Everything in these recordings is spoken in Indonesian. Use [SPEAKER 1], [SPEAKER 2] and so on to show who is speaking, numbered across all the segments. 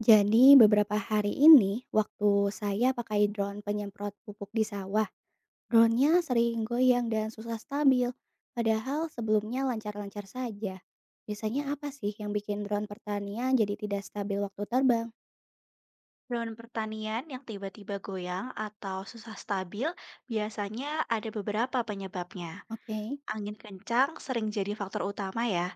[SPEAKER 1] Jadi beberapa hari ini waktu saya pakai drone penyemprot pupuk di sawah, drone-nya sering goyang dan susah stabil. Padahal sebelumnya lancar-lancar saja. Biasanya apa sih yang bikin drone pertanian jadi tidak stabil waktu terbang?
[SPEAKER 2] Drone pertanian yang tiba-tiba goyang atau susah stabil biasanya ada beberapa penyebabnya.
[SPEAKER 1] Oke.
[SPEAKER 2] Angin kencang sering jadi faktor utama ya,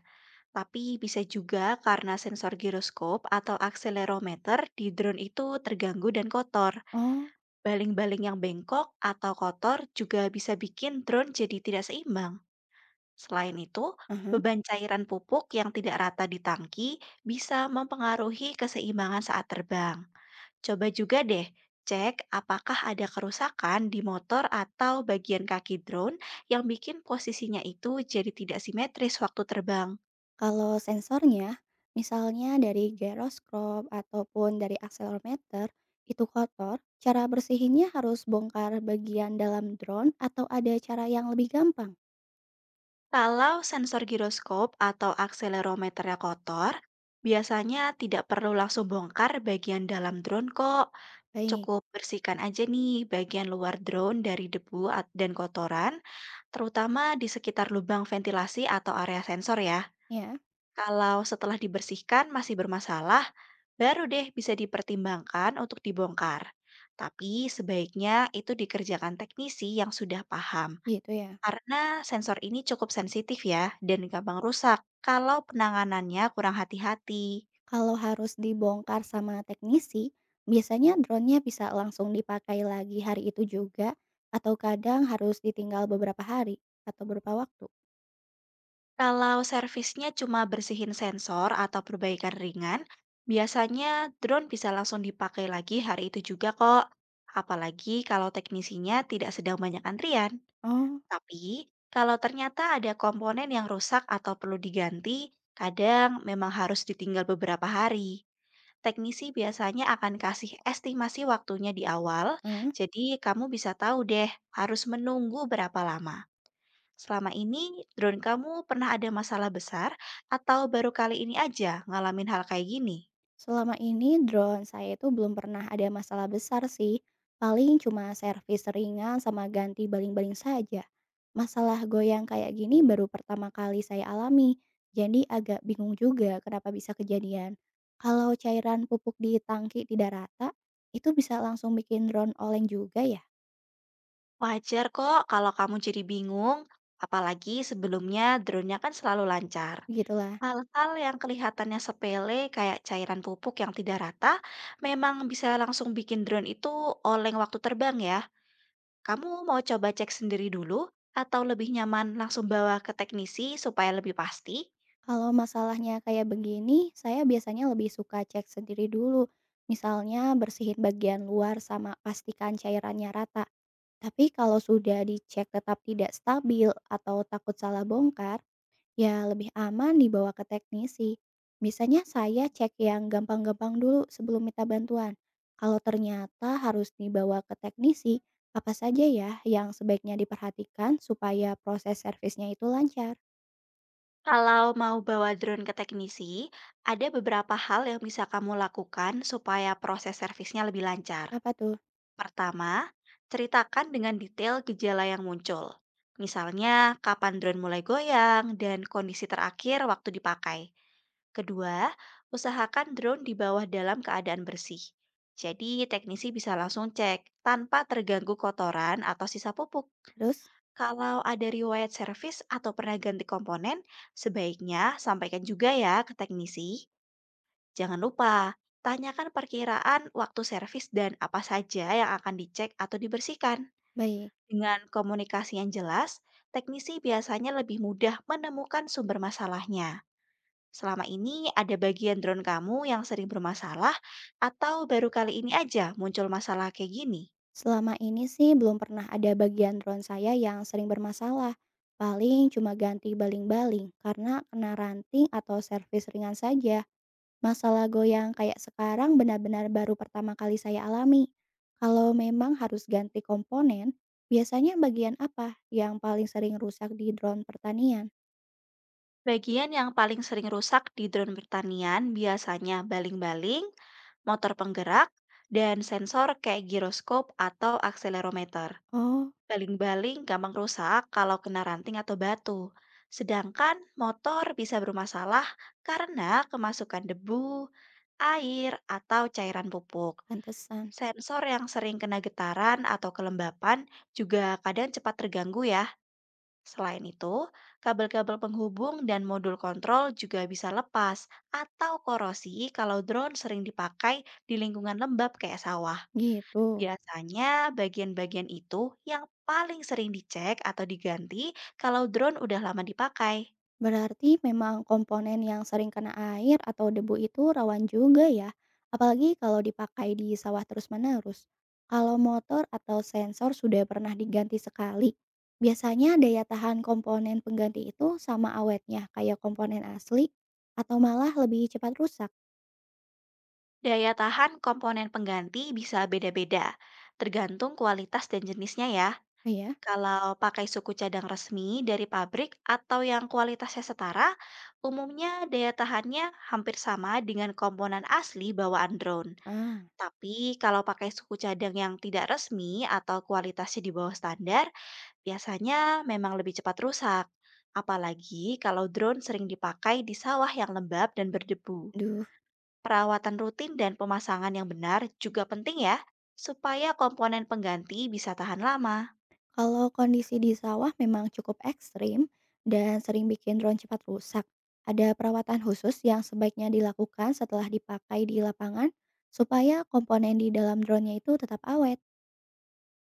[SPEAKER 2] tapi bisa juga karena sensor giroskop atau akselerometer di drone itu terganggu dan kotor.
[SPEAKER 1] Oh,
[SPEAKER 2] Baling-baling yang bengkok atau kotor juga bisa bikin drone jadi tidak seimbang. Selain itu,
[SPEAKER 1] aha.
[SPEAKER 2] beban cairan pupuk yang tidak rata di tangki bisa mempengaruhi keseimbangan saat terbang. Coba juga deh cek apakah ada kerusakan di motor atau bagian kaki drone yang bikin posisinya itu jadi tidak simetris waktu terbang.
[SPEAKER 1] Kalau sensornya, misalnya dari gyroscope ataupun dari accelerometer, itu kotor, cara bersihinnya harus bongkar bagian dalam drone atau ada cara yang lebih gampang?
[SPEAKER 2] Kalau sensor giroskop atau akselerometernya kotor, biasanya tidak perlu langsung bongkar bagian dalam drone kok.
[SPEAKER 1] Baik,
[SPEAKER 2] Cukup bersihkan aja nih bagian luar drone dari debu dan kotoran, terutama di sekitar lubang ventilasi atau area sensor ya.
[SPEAKER 1] ya.
[SPEAKER 2] Kalau setelah dibersihkan masih bermasalah, baru deh bisa dipertimbangkan untuk dibongkar. Tapi sebaiknya itu dikerjakan teknisi yang sudah paham,
[SPEAKER 1] Gitu ya.
[SPEAKER 2] karena sensor ini cukup sensitif ya dan gampang rusak kalau penanganannya kurang hati-hati.
[SPEAKER 1] Kalau harus dibongkar sama teknisi, biasanya drone-nya bisa langsung dipakai lagi hari itu juga atau kadang harus ditinggal beberapa hari atau beberapa waktu?
[SPEAKER 2] Kalau servisnya cuma bersihin sensor atau perbaikan ringan, biasanya drone bisa langsung dipakai lagi hari itu juga kok. Apalagi kalau teknisinya tidak sedang banyak antrian.
[SPEAKER 1] Oh,
[SPEAKER 2] Tapi, kalau ternyata ada komponen yang rusak atau perlu diganti, kadang memang harus ditinggal beberapa hari. Teknisi biasanya akan kasih estimasi waktunya di awal,
[SPEAKER 1] heeh.
[SPEAKER 2] jadi kamu bisa tahu deh harus menunggu berapa lama. Selama ini, drone kamu pernah ada masalah besar atau baru kali ini aja ngalamin hal kayak gini?
[SPEAKER 1] Selama ini drone saya itu belum pernah ada masalah besar sih. Paling cuma servis ringan sama ganti baling-baling saja. Masalah goyang kayak gini baru pertama kali saya alami. Jadi agak bingung juga kenapa bisa kejadian. Kalau cairan pupuk di tangki tidak rata, itu bisa langsung bikin drone oleng juga ya?
[SPEAKER 2] Wajar kok kalau kamu jadi bingung, apalagi sebelumnya drone-nya kan selalu lancar.
[SPEAKER 1] Begitulah.
[SPEAKER 2] Hal-hal yang kelihatannya sepele kayak cairan pupuk yang tidak rata memang bisa langsung bikin drone itu oleng waktu terbang ya. Kamu mau coba cek sendiri dulu atau lebih nyaman langsung bawa ke teknisi supaya lebih pasti?
[SPEAKER 1] Kalau masalahnya kayak begini, saya biasanya lebih suka cek sendiri dulu. Misalnya bersihin bagian luar sama pastikan cairannya rata. Tapi kalau sudah dicek tetap tidak stabil atau takut salah bongkar, ya lebih aman dibawa ke teknisi. Biasanya saya cek yang gampang-gampang dulu sebelum minta bantuan. Kalau ternyata harus dibawa ke teknisi, apa saja ya yang sebaiknya diperhatikan supaya proses servisnya itu lancar?
[SPEAKER 2] Kalau mau bawa drone ke teknisi, ada beberapa hal yang bisa kamu lakukan supaya proses servisnya lebih lancar.
[SPEAKER 1] Apa tuh?
[SPEAKER 2] Pertama, ceritakan dengan detail gejala yang muncul. Misalnya, kapan drone mulai goyang dan kondisi terakhir waktu dipakai. Kedua, usahakan drone di bawah dalam keadaan bersih. Jadi, teknisi bisa langsung cek tanpa terganggu kotoran atau sisa pupuk.
[SPEAKER 1] Terus?
[SPEAKER 2] Kalau ada riwayat servis atau pernah ganti komponen, sebaiknya sampaikan juga ya ke teknisi. Jangan lupa, tanyakan perkiraan waktu servis dan apa saja yang akan dicek atau dibersihkan.
[SPEAKER 1] Baik.
[SPEAKER 2] Dengan komunikasi yang jelas, teknisi biasanya lebih mudah menemukan sumber masalahnya. Selama ini ada bagian drone kamu yang sering bermasalah atau baru kali ini aja muncul masalah kayak gini?
[SPEAKER 1] Selama ini sih belum pernah ada bagian drone saya yang sering bermasalah. Paling cuma ganti baling-baling karena kena ranting atau servis ringan saja. Masalah goyang kayak sekarang benar-benar baru pertama kali saya alami. Kalau memang harus ganti komponen, biasanya bagian apa yang paling sering rusak di drone pertanian?
[SPEAKER 2] Bagian yang paling sering rusak di drone pertanian biasanya baling-baling, motor penggerak, dan sensor kayak giroskop atau akselerometer.
[SPEAKER 1] Oh,
[SPEAKER 2] Baling-baling gampang rusak kalau kena ranting atau batu. Sedangkan motor bisa bermasalah karena kemasukan debu, air, atau cairan pupuk.
[SPEAKER 1] pantesan.
[SPEAKER 2] Sensor yang sering kena getaran atau kelembapan juga kadang cepat terganggu ya. Selain itu, kabel-kabel penghubung dan modul kontrol juga bisa lepas atau korosi kalau drone sering dipakai di lingkungan lembab kayak sawah.
[SPEAKER 1] Gitu.
[SPEAKER 2] Biasanya bagian-bagian itu yang paling sering dicek atau diganti kalau drone udah lama dipakai.
[SPEAKER 1] Berarti memang komponen yang sering kena air atau debu itu rawan juga ya, apalagi kalau dipakai di sawah terus-menerus. Kalau motor atau sensor sudah pernah diganti sekali, biasanya daya tahan komponen pengganti itu sama awetnya kayak komponen asli atau malah lebih cepat rusak.
[SPEAKER 2] Daya tahan komponen pengganti bisa beda-beda, tergantung kualitas dan jenisnya ya.
[SPEAKER 1] Oh ya?
[SPEAKER 2] Kalau pakai suku cadang resmi dari pabrik atau yang kualitasnya setara, umumnya daya tahannya hampir sama dengan komponen asli bawaan drone.
[SPEAKER 1] Ah,
[SPEAKER 2] Tapi kalau pakai suku cadang yang tidak resmi atau kualitasnya di bawah standar, biasanya memang lebih cepat rusak, apalagi kalau drone sering dipakai di sawah yang lembab dan berdebu.
[SPEAKER 1] duh.
[SPEAKER 2] Perawatan rutin dan pemasangan yang benar juga penting ya, supaya komponen pengganti bisa tahan lama.
[SPEAKER 1] Kalau kondisi di sawah memang cukup ekstrim dan sering bikin drone cepat rusak, ada perawatan khusus yang sebaiknya dilakukan setelah dipakai di lapangan supaya komponen di dalam drone-nya itu tetap awet.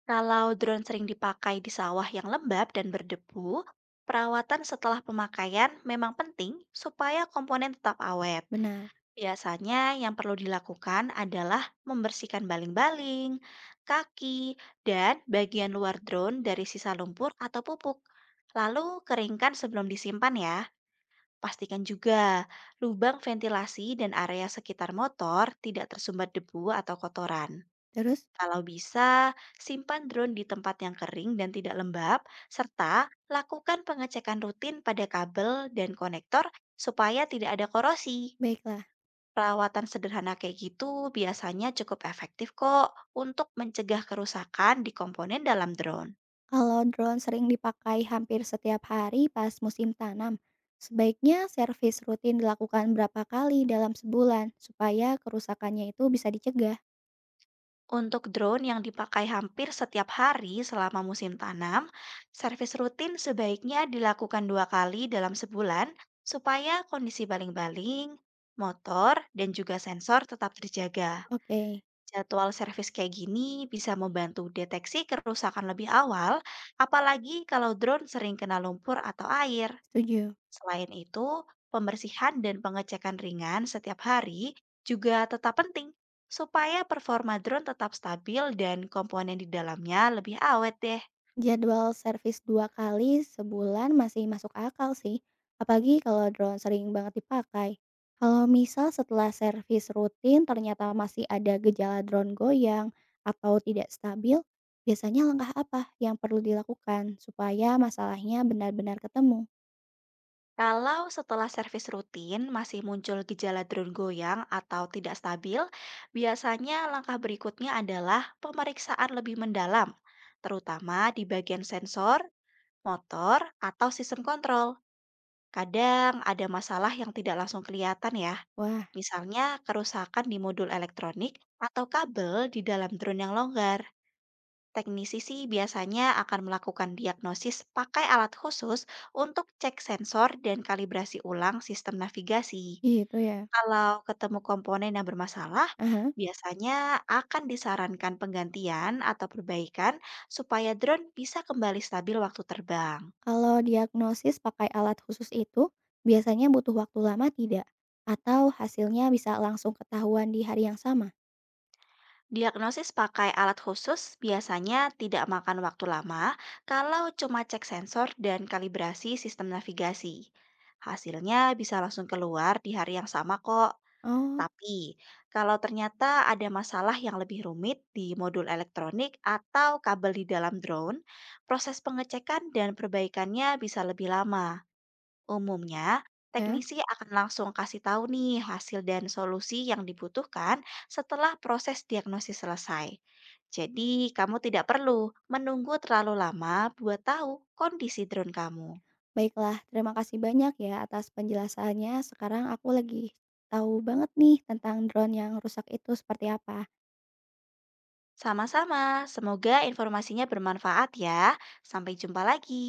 [SPEAKER 2] Kalau drone sering dipakai di sawah yang lembab dan berdebu, perawatan setelah pemakaian memang penting supaya komponen tetap awet.
[SPEAKER 1] Benar.
[SPEAKER 2] Biasanya yang perlu dilakukan adalah membersihkan baling-baling, kaki, dan bagian luar drone dari sisa lumpur atau pupuk. Lalu keringkan sebelum disimpan ya. Pastikan juga lubang ventilasi dan area sekitar motor tidak tersumbat debu atau kotoran.
[SPEAKER 1] Terus,
[SPEAKER 2] Kalau bisa, simpan drone di tempat yang kering dan tidak lembab, serta lakukan pengecekan rutin pada kabel dan konektor supaya tidak ada korosi.
[SPEAKER 1] baiklah.
[SPEAKER 2] Perawatan sederhana kayak gitu biasanya cukup efektif kok untuk mencegah kerusakan di komponen dalam drone.
[SPEAKER 1] Kalau drone sering dipakai hampir setiap hari pas musim tanam, sebaiknya servis rutin dilakukan berapa kali dalam sebulan supaya kerusakannya itu bisa dicegah.
[SPEAKER 2] Untuk drone yang dipakai hampir setiap hari selama musim tanam, servis rutin sebaiknya dilakukan dua kali dalam sebulan supaya kondisi baling-baling, motor, dan juga sensor tetap terjaga.
[SPEAKER 1] Oke,
[SPEAKER 2] Jadwal servis kayak gini bisa membantu deteksi kerusakan lebih awal, apalagi kalau drone sering kena lumpur atau air.
[SPEAKER 1] setuju.
[SPEAKER 2] Selain itu, pembersihan dan pengecekan ringan setiap hari juga tetap penting supaya performa drone tetap stabil dan komponen di dalamnya lebih awet deh.
[SPEAKER 1] Jadwal servis 2 kali sebulan masih masuk akal sih, apalagi kalau drone sering banget dipakai. Kalau misal setelah servis rutin ternyata masih ada gejala drone goyang atau tidak stabil, biasanya langkah apa yang perlu dilakukan supaya masalahnya benar-benar ketemu?
[SPEAKER 2] Kalau setelah servis rutin masih muncul gejala drone goyang atau tidak stabil, biasanya langkah berikutnya adalah pemeriksaan lebih mendalam, terutama di bagian sensor, motor, atau sistem kontrol. Kadang ada masalah yang tidak langsung kelihatan ya,
[SPEAKER 1] Wah,
[SPEAKER 2] misalnya kerusakan di modul elektronik atau kabel di dalam drone yang longgar. Teknisi sih biasanya akan melakukan diagnosis pakai alat khusus untuk cek sensor dan kalibrasi ulang sistem navigasi.
[SPEAKER 1] gitu ya.
[SPEAKER 2] Kalau ketemu komponen yang bermasalah,
[SPEAKER 1] Aha.
[SPEAKER 2] biasanya akan disarankan penggantian atau perbaikan supaya drone bisa kembali stabil waktu terbang.
[SPEAKER 1] Kalau diagnosis pakai alat khusus itu, biasanya butuh waktu lama tidak? Atau hasilnya bisa langsung ketahuan di hari yang sama?
[SPEAKER 2] Diagnosis pakai alat khusus biasanya tidak makan waktu lama kalau cuma cek sensor dan kalibrasi sistem navigasi. Hasilnya bisa langsung keluar di hari yang sama kok.
[SPEAKER 1] Oh,
[SPEAKER 2] Tapi, kalau ternyata ada masalah yang lebih rumit di modul elektronik atau kabel di dalam drone, proses pengecekan dan perbaikannya bisa lebih lama. Umumnya,
[SPEAKER 1] ya.
[SPEAKER 2] teknisi akan langsung kasih tahu nih hasil dan solusi yang dibutuhkan setelah proses diagnosis selesai. Jadi, kamu tidak perlu menunggu terlalu lama buat tahu kondisi drone kamu.
[SPEAKER 1] Baiklah, terima kasih banyak ya atas penjelasannya. Sekarang aku lagi tahu banget nih tentang drone yang rusak itu seperti apa.
[SPEAKER 2] Sama-sama, semoga informasinya bermanfaat ya. Sampai jumpa lagi.